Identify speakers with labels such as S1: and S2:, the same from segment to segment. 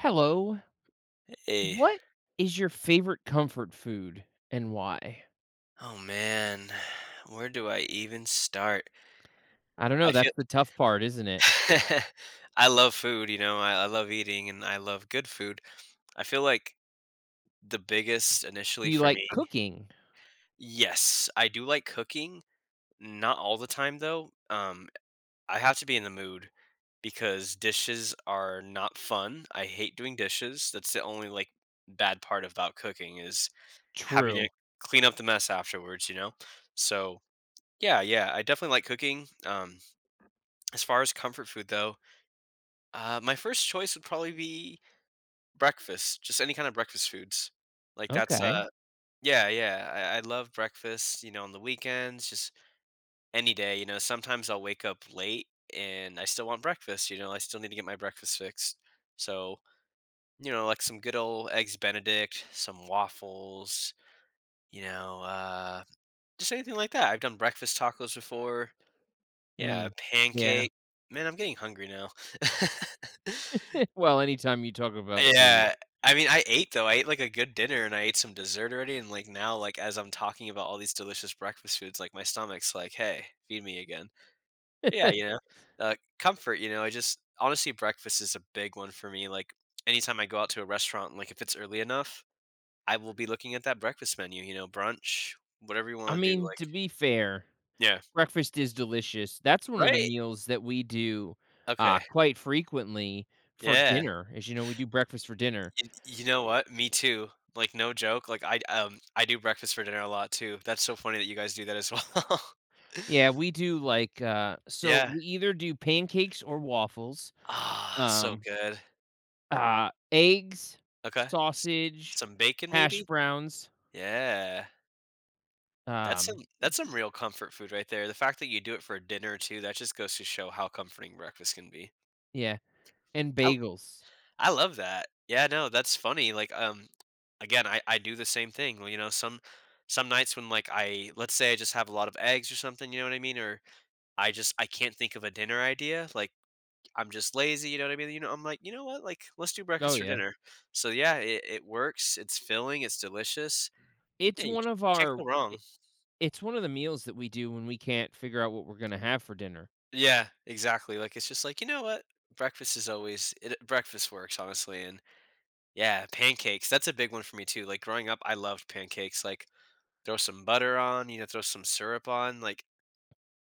S1: Hello.
S2: A
S1: What is your favorite comfort food and why?
S2: Oh man, where do I even start?
S1: I don't
S2: I
S1: know.
S2: feel
S1: That's the tough part, isn't it?
S2: I love food, you know, I love eating and I love good food. I feel like the biggest initially
S1: Do you
S2: for
S1: like
S2: me.
S1: cooking?
S2: Yes, I do like cooking, not all the time though. I have to be in the mood because dishes are not fun. I hate doing dishes. That's the only like bad part about cooking is having to
S1: True.
S2: clean up the mess afterwards, you know? So. Yeah, yeah, I definitely like cooking. As far as comfort food though, my first choice would probably be breakfast, just any kind of breakfast foods. Like that's
S1: Okay.
S2: Yeah, yeah, I love breakfast. You know, on the weekends, just any day. You know, sometimes I'll wake up late and I still want breakfast. You know, I still need to get my breakfast fixed. So like some good old eggs Benedict, some waffles. You know, uh, just anything like that. I've done breakfast tacos before. Yeah,
S1: Mm. Yeah.
S2: pancake. Man, I'm getting hungry now.
S1: Anytime you talk about food,
S2: Yeah, I mean, I ate though. I ate like a good dinner and I ate some dessert already. And like now, like as I'm talking about all these delicious breakfast foods, like my stomach's like, hey, feed me again. Yeah, comfort. You know, I just honestly breakfast is a big one for me. Like anytime I go out to a restaurant, like if it's early enough, I will be looking at that breakfast menu. You know, brunch, whatever you
S1: I
S2: want to do.
S1: mean,
S2: Like,
S1: to be fair,
S2: yeah,
S1: breakfast is delicious. That's one of the
S2: right?
S1: meals that we do
S2: Okay,
S1: quite frequently for
S2: yeah.
S1: dinner. As you know, we do breakfast for dinner.
S2: Y You know what? Me too. Like, no joke. Like, I do breakfast for dinner a lot too. That's so funny that you guys do that as well.
S1: Yeah, we do like so
S2: Yeah.
S1: we either do pancakes or waffles.
S2: Ah, so
S1: Um,
S2: good.
S1: Eggs,
S2: Okay. S
S1: sausage,
S2: Some bacon
S1: hash
S2: maybe?
S1: browns,
S2: Yeah. That's
S1: um,
S2: some that's some real comfort food right there. The fact that you do it for dinner too, that just goes to show how comforting breakfast can be.
S1: yeah, and
S2: I
S1: bagels.
S2: I love that. Yeah, no, that's funny. Like, again, I do the same thing. You know, some nights when like I let's say I just have a lot of eggs or something, you know what I mean? Or I can't think of a dinner idea, like, I'm just lazy, you know what I mean? You know, I'm like, "You know what? Like, let's do
S1: Oh,
S2: breakfast for
S1: yeah.
S2: dinner." So, yeah, it works, it's filling, it's delicious.
S1: It's
S2: Yeah,
S1: one of
S2: you can't
S1: our
S2: go
S1: I
S2: wrong.
S1: it's one of the meals that we do when we can't figure out what we're gonna have for dinner.
S2: Yeah, exactly, like, it's just like, "You know what? Breakfast is always it Breakfast works, honestly," and yeah, pancakes, that's a big one for me too, like, growing up, I loved pancakes, like, throw some butter on, you know, throw some syrup on, like,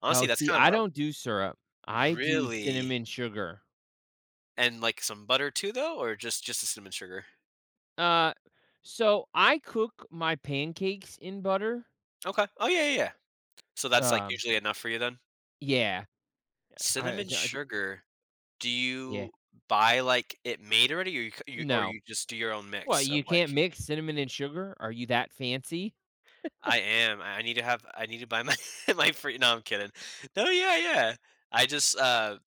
S2: honestly,
S1: Oh,
S2: that's
S1: see,
S2: kinda
S1: I
S2: what I.
S1: don't do syrup. I do
S2: Really?
S1: cinnamon sugar.
S2: And, like, some butter too though, or just the cinnamon sugar?
S1: Uh, so I cook my pancakes in butter.
S2: Okay. Oh, yeah, yeah, yeah. So that's, like,
S1: Um,
S2: usually enough for you then?
S1: yeah.
S2: Cinnamon
S1: I d
S2: sugar, do
S1: yeah.
S2: you buy, like, it made already, or you c you or
S1: No.
S2: you just do your own
S1: Well,
S2: mix of,
S1: you can't
S2: like.
S1: mix cinnamon and sugar? Are you that fancy?
S2: I am, I need to have I need to buy my my free no, I'm kidding. No, yeah, yeah. I just,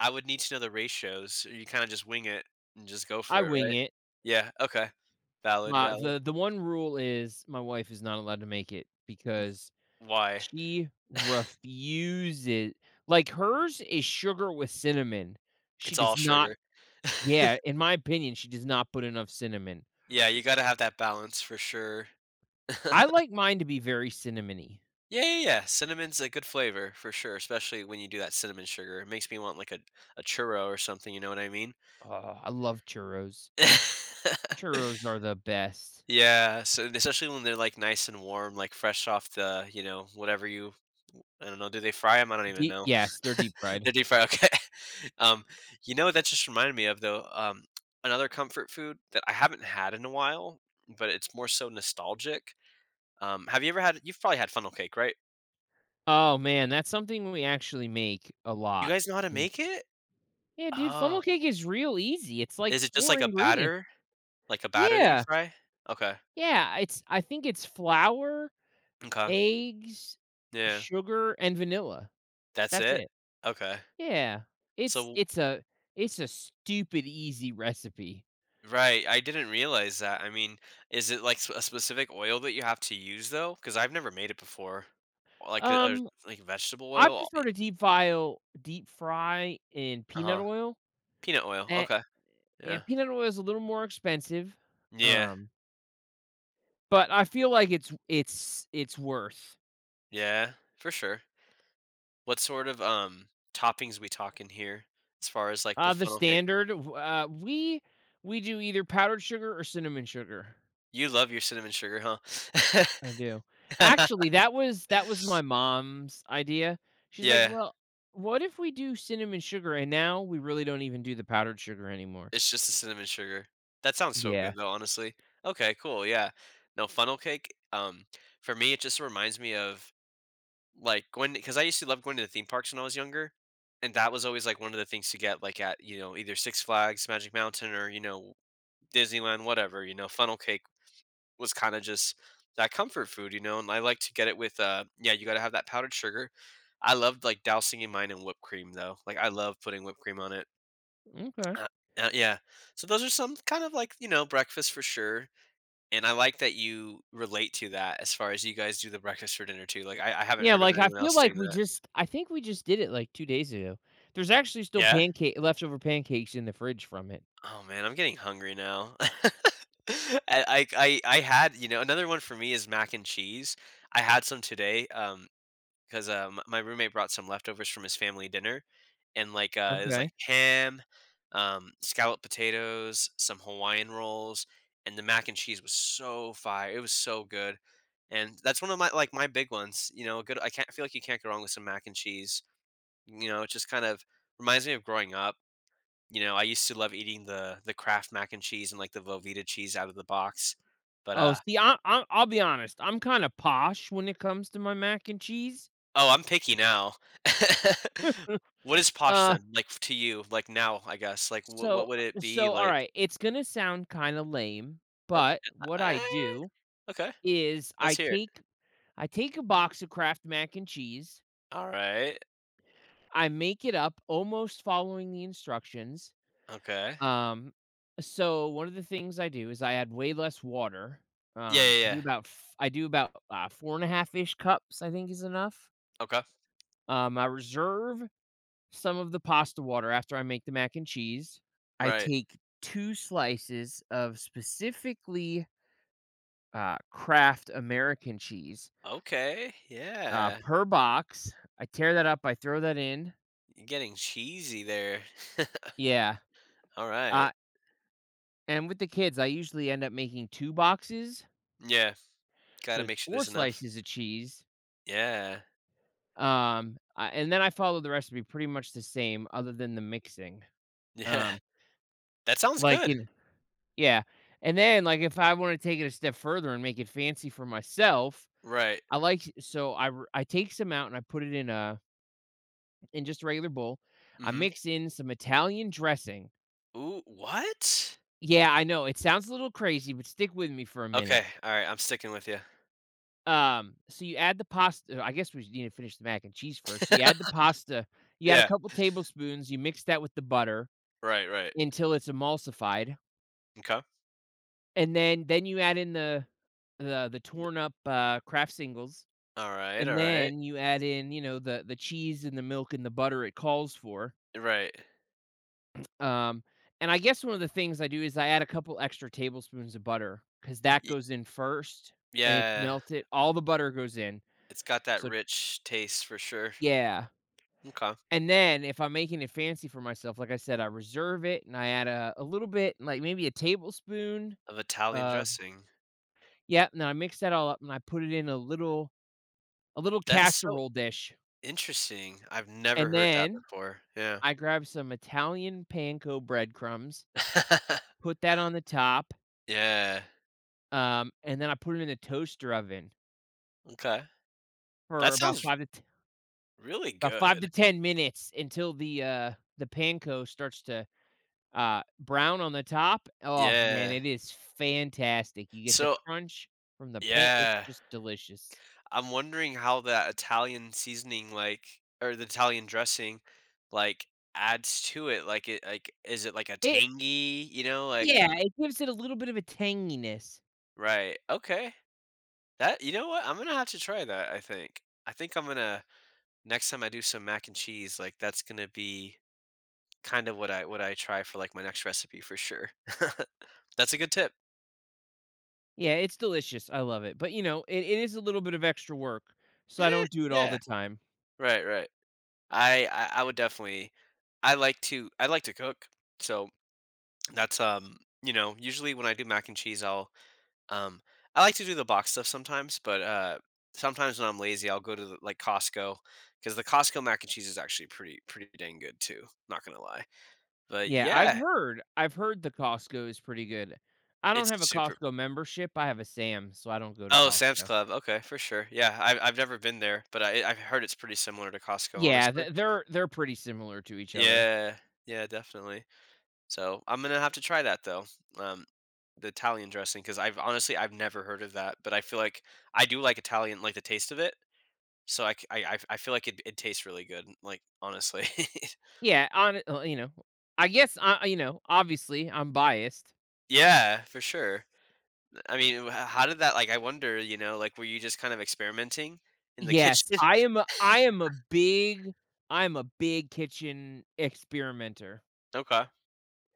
S2: I would need to know the ratios, you kinda just wing it and just go
S1: I
S2: for it,
S1: wing
S2: right?
S1: it.
S2: Yeah, okay. Valid,
S1: My
S2: valid.
S1: the one rule is my wife is not allowed to make it because
S2: Why?
S1: she refuses like, hers is sugar with cinnamon. She
S2: It's all
S1: does not
S2: sugar.
S1: Yeah, in my opinion, she does not put enough cinnamon.
S2: Yeah, you gotta have that balance for sure.
S1: I like mine to be very cinnamony.
S2: Yeah, yeah, yeah. Cinnamon's a good flavor for sure, especially when you do that cinnamon sugar. It makes me want like a churro or something, you know what I mean?
S1: Oh, I love churros. Churros are the best.
S2: Yeah, so especially when they're like nice and warm, like fresh off the, you know, whatever you, I don't know, do they fry them? I don't even
S1: Deep
S2: know.
S1: Yes, they're deep fried.
S2: They deep fry, okay. Um, you know what that just reminded me of though? Another comfort food that I haven't had in a while, but it's more so nostalgic. Have you ever had, you've probably had funnel cake, right?
S1: Oh, man, that's something we actually make a
S2: You
S1: lot,
S2: guys know how to
S1: and
S2: make it?
S1: yeah, dude,
S2: Oh.
S1: funnel cake is real easy. It's like
S2: Is it just
S1: 4
S2: like a
S1: ingredients.
S2: batter? Like a batter that you
S1: Yeah.
S2: fry? Okay.
S1: Yeah, it's I think it's flour,
S2: Okay.
S1: eggs,
S2: Yeah.
S1: sugar, and vanilla.
S2: That's
S1: That's
S2: it?
S1: it.
S2: Okay.
S1: Yeah. It's
S2: So
S1: it's a it's a stupid easy recipe.
S2: right, I didn't realize that. I mean, is it like s a specific oil that you have to use though? Because 'Cause I've never made it before. Like a
S1: Um,
S2: like vegetable
S1: I
S2: oil?
S1: prefer to deep file deep fry in peanut
S2: Uh-huh.
S1: oil,
S2: Peanut oil.
S1: and
S2: Okay. Yeah.
S1: and peanut oil is a little more expensive,
S2: Yeah.
S1: um, but I feel like it's worth,
S2: Yeah. For sure. What sort of, toppings we talking here as far as like with
S1: the
S2: funnel cake?
S1: standard, w we do either powdered sugar or cinnamon sugar.
S2: You love your cinnamon sugar, huh?
S1: I do. Actually, that was my mom's idea. She's like,
S2: Yeah.
S1: "Well, what if we do cinnamon sugar?" And now we really don't even do the powdered sugar anymore.
S2: It's just the cinnamon sugar. That sounds so
S1: Yeah.
S2: good though, honestly. Okay, cool. Yeah. No, funnel cake. For me, it just reminds me of like going because I used to love going to the theme parks when I was younger, and that was always like one of the things to get like at you know either Six Flags, Magic Mountain, or you know Disneyland, whatever. You know, funnel cake was kind of just that comfort food, you know. And I like to get it with yeah, you got to have that powdered sugar. I loved like dousing in mine in whipped cream though. Like I love putting whipped cream on it.
S1: Okay.
S2: Uh, yeah. So those are some kind of like, you know, breakfast for sure. And I like that you relate to that as far as you guys do the breakfast for dinner too. Like I haven't
S1: Yeah,
S2: heard of
S1: like, I
S2: anyone
S1: feel
S2: else
S1: like
S2: doing
S1: we
S2: that.
S1: just I think we just did it, like, 2 days ago. There's actually still
S2: Yeah.
S1: pancake leftover pancakes in the fridge from it.
S2: Oh man, I'm getting hungry now. I had, you know, another one for me is mac and cheese. I had some today. 'Cause, m my roommate brought some leftovers from his family dinner, and, like, it was,
S1: Okay.
S2: like, ham, scalloped potatoes, some Hawaiian rolls, and the mac and cheese was so fire, it was so good, and that's one of my like, my big ones, you know, good I can't I feel like you can't go wrong with some mac and cheese, you know, it just kind of reminds me of growing up, you know, I used to love eating the Kraft mac and cheese and, like, the Velveeta cheese out of the box, but,
S1: Oh, see, I'll be honest, I'm kinda posh when it comes to my mac and cheese.
S2: oh, I'm picky now. What is posh
S1: Uh,
S2: then? Like, to you, like, now, I guess? Like, what
S1: so
S2: would it be, like.
S1: alright, it's gonna sound kinda lame,
S2: Okay,
S1: but
S2: uh,
S1: what I
S2: eh,
S1: do
S2: okay,
S1: is
S2: let's hear it.
S1: I take a box of Kraft mac and cheese,
S2: Alright,
S1: I make it up almost following the instructions.
S2: okay.
S1: um, so one of the things I do is I add way less water.
S2: Yeah, yeah, yeah.
S1: I do about, 4 and a half ish cups, I think, is enough.
S2: Okay,
S1: I reserve some of the pasta water after I make the mac and cheese. I
S2: right.
S1: take 2 slices of specifically, Kraft American cheese
S2: Okay, yeah.
S1: Per box. I tear that up, I throw that in.
S2: You're getting cheesy there.
S1: Yeah.
S2: Alright.
S1: Uh, and with the kids, I usually end up making 2 boxes,
S2: Yeah,
S1: so
S2: gotta
S1: it's
S2: make sure
S1: 4
S2: there's enough.
S1: slices of cheese.
S2: Yeah,
S1: And then I follow the recipe pretty much the same other than the mixing.
S2: yeah.
S1: Um,
S2: That sounds
S1: like,
S2: good.
S1: in Yeah. And then, like, if I wanna take it a step further and make it fancy for myself,
S2: Right.
S1: I like I take some out and I put it in a in just a regular bowl. I
S2: Mhm.
S1: mix in some Italian dressing.
S2: Ooh, what?
S1: Yeah, I know. It sounds a little crazy, but stick with me for a
S2: Okay,
S1: minute.
S2: alright, I'm sticking with you.
S1: So you add the pasta — I guess we need to finish the mac and cheese first. So you add the pasta, you add a
S2: Yeah,
S1: couple tablespoons, you mix that with the butter
S2: right, right.
S1: until it's emulsified,
S2: Okay.
S1: and then you add in the torn up, Kraft singles,
S2: Alright,
S1: and
S2: alright.
S1: then you add in, you know, the cheese and the milk and the butter it calls for.
S2: Right.
S1: Um, and I guess one of the things I do is I add a couple extra tablespoons of butter because that
S2: Y
S1: goes in first and it's
S2: yeah,
S1: melted. All the butter goes in.
S2: it's got that
S1: So
S2: rich taste for sure.
S1: yeah.
S2: Okay.
S1: And then if I'm making it fancy for myself, like I said, I reserve it and I add a little bit, like maybe a tablespoon
S2: Of Italian
S1: of
S2: dressing.
S1: yeah, and then I mix that all up and I put it in a little
S2: That's so
S1: casserole dish.
S2: interesting. I've never
S1: And
S2: heard that
S1: then
S2: before. Yeah.
S1: I grab some Italian panko breadcrumbs, put that on the top,
S2: Yeah.
S1: and then I put it in the toaster oven
S2: Okay.
S1: for
S2: That
S1: about
S2: sounds
S1: 5 to t
S2: really
S1: about 5
S2: good.
S1: to 10 minutes until the panko starts to, brown on the top. Oh, man,
S2: Yeah.
S1: it is fantastic. You get the
S2: So
S1: crunch from the pan it's
S2: yeah,
S1: just delicious.
S2: I'm wondering how that Italian seasoning, like or the Italian dressing, like, adds to it like, is it like a
S1: It
S2: tangy, you know, like.
S1: Yeah, it gives it a little bit of a tanginess.
S2: Right, okay. That you know what? I'm gonna have to try that, I think. I think I'm gonna next time I do some mac and cheese, like that's gonna be kind of what I try for like my next recipe for sure. That's a good tip.
S1: Yeah, it's delicious. I love it. But, you know, it is a little bit of extra work, so I
S2: Eh,
S1: don't do it all
S2: yeah.
S1: the time.
S2: Right, right. I would definitely I like to cook. So that's you know, usually when I do mac and cheese I'll um I like to do the box stuff sometimes, but sometimes when I'm lazy I'll go to the, like Costco because the Costco mac and cheese is actually pretty dang good too, not gonna lie. But yeah,
S1: I've heard the Costco is pretty good. I don't
S2: it's
S1: have a
S2: super.
S1: Costco membership, I have a Sam, so I don't go to
S2: Oh, Sam's
S1: Costco.
S2: Club, okay, for sure. Yeah, I've never been there, but I've heard it's pretty similar to Costco,
S1: Yeah,
S2: honestly.
S1: th they're pretty similar to each other.
S2: Yeah, yeah, definitely. So, I'm gonna have to try that though, um, the Italian dressing, because 'cause I've honestly, I've never heard of that, but I feel like I do like Italian, like the taste of it, so I c I feel like it tastes really good, like, honestly.
S1: Yeah, on you know, I guess I you know, obviously, I'm biased.
S2: Yeah, for sure. I mean, h how did that like, I wonder, you know, like, were you just kind of experimenting in the
S1: Yes,
S2: kitchen?
S1: I am a big kitchen experimenter.
S2: Okay.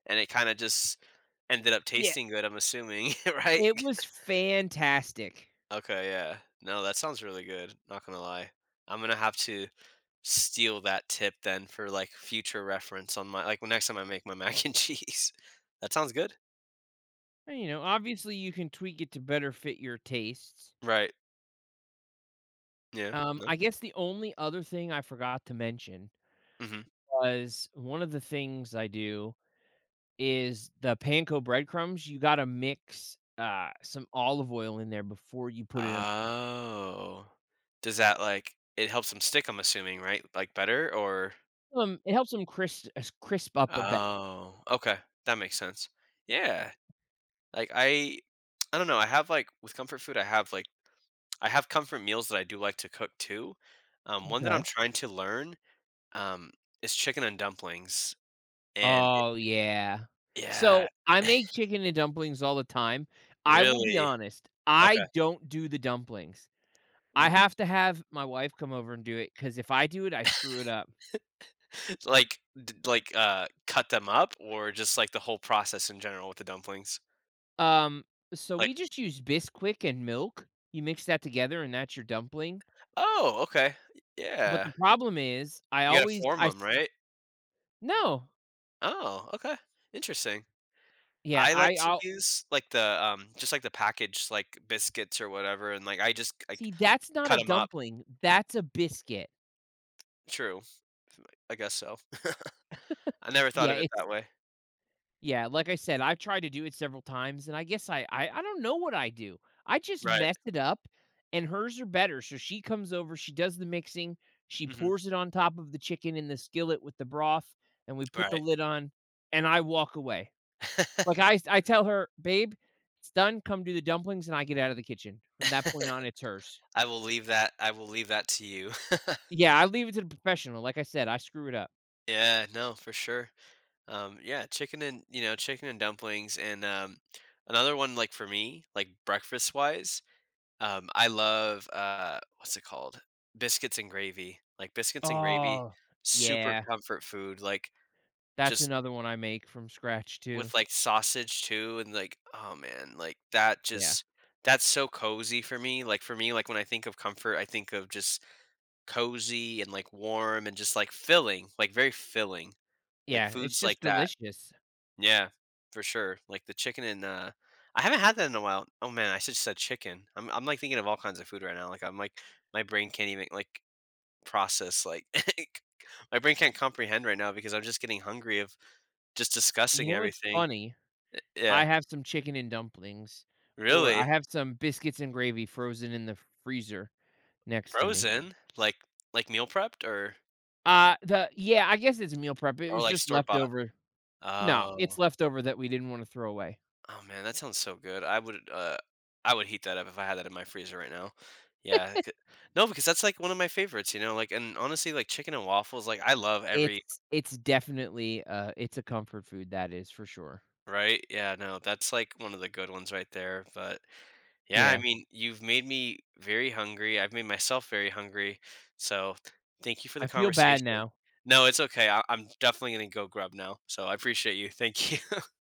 S2: And it kinda just ended up
S1: Yeah,
S2: tasting good, I'm assuming, right?
S1: it was fantastic.
S2: Okay, yeah. No, that sounds really good, not gonna lie. I'm gonna have to steal that tip then for, like, future reference on my like, next time I make my mac and cheese. That sounds good.
S1: And, you know, obviously, you can tweak it to better fit your tastes.
S2: Right. Yeah. No.
S1: I guess the only other thing I forgot to mention
S2: Mhm.
S1: was one of the things I do is the panko breadcrumbs, you gotta mix, some olive oil in there before you put it in.
S2: Oh. Does that, like it helps them stick, I'm assuming, right? Like, better or.
S1: It helps them crisp up a bit.
S2: Oh, okay. That makes sense. Yeah. Like, I don't know, I have, like with comfort food, I have, like, I have comfort meals that I do like to cook too. One that I'm
S1: Okay.
S2: trying to learn, um, is chicken and dumplings, and
S1: Oh, yeah.
S2: yeah,
S1: So, I make chicken and dumplings all the time. I will be
S2: really?
S1: honest,
S2: Okay.
S1: I don't do the dumplings. I
S2: W
S1: have to have my wife come over and do it because if I do it, I screw it up.
S2: like, cut them up or just, like, the whole process in general with the dumplings?
S1: Um, so
S2: Like
S1: we just use Bisquick and milk. You mix that together and that's your dumpling.
S2: oh, okay.
S1: But
S2: Yeah.
S1: the problem is I
S2: You gotta
S1: always
S2: form
S1: I
S2: form
S1: s
S2: them, right?
S1: no.
S2: Oh, okay. Interesting.
S1: Yeah,
S2: I like
S1: I
S2: to
S1: I'll
S2: use, like, the, just, like, the packaged, like, biscuits or whatever, and, like, I just, like,
S1: see, that's not a
S2: cut them up.
S1: dumpling, that's a biscuit.
S2: True. I guess so. I never thought
S1: Yeah,
S2: of it
S1: it's
S2: that way.
S1: yeah, like I said, I've tried to do it several times, and I guess I don't know what I do. I just
S2: Right.
S1: mess it up, and hers are better, so she comes over, she does the mixing, she
S2: Mhm.
S1: pours it on top of the chicken in the skillet with the broth, and we put the
S2: Right.
S1: lid on, and I walk away. Like, I tell her, "Babe, it's done, come do the dumplings," and I get out of the kitchen. From that point on, it's hers.
S2: I will leave that to you.
S1: Yeah, I leave it to the professional, like I said, I screw it up.
S2: Yeah, no, for sure. Yeah, chicken and you know, chicken and dumplings and, another one, like, for me, like, breakfast-wise, I love, what's it called? Biscuits and gravy. Like, biscuits and gravy,
S1: Oh,
S2: super
S1: yeah.
S2: comfort food, like,
S1: That's
S2: just
S1: another one I make from scratch
S2: with,
S1: too.
S2: like, sausage too and, like, oh, man, like, that
S1: Yeah.
S2: just that's so cozy for me. Like, for me, like, when I think of comfort, I think of just cozy and, like, warm and just, like, filling, like, very filling, like,
S1: Yeah, it's
S2: foods
S1: just
S2: like that.
S1: delicious.
S2: Yeah, for sure, like, the chicken and, I haven't had that in a while. Oh, man, I should have said chicken. I'm, like, thinking of all kinds of food right now, like, I'm, like my brain can't even, like, process, like my brain can't comprehend right now because I'm just getting hungry of just discussing
S1: You know what's
S2: everything.
S1: funny? I
S2: Yeah.
S1: have some chicken and dumplings, or I
S2: Really?
S1: have some biscuits and gravy frozen in the freezer next to me.
S2: Frozen? Like, meal prepped or
S1: The Yeah, I guess it's meal prep. It
S2: or,
S1: was
S2: like,
S1: just
S2: store-bought?
S1: leftover no, it's
S2: Oh.
S1: leftover that we didn't wanna throw away.
S2: Oh man, that sounds so good. I would heat that up if I had that in my freezer right now. Yeah. No, because that's like one of my favorites, you know, like and honestly like chicken and waffles, like I love every.
S1: It's definitely, it's a comfort food, that is for sure.
S2: Right? Yeah, no, that's like one of the good ones right there. But yeah, I
S1: Yeah,
S2: mean, you've made me very hungry. I've made myself very hungry. So thank you for the
S1: I feel bad
S2: conversation.
S1: now.
S2: No, it's okay. I'm definitely gonna go grub now. So I appreciate you. Thank you.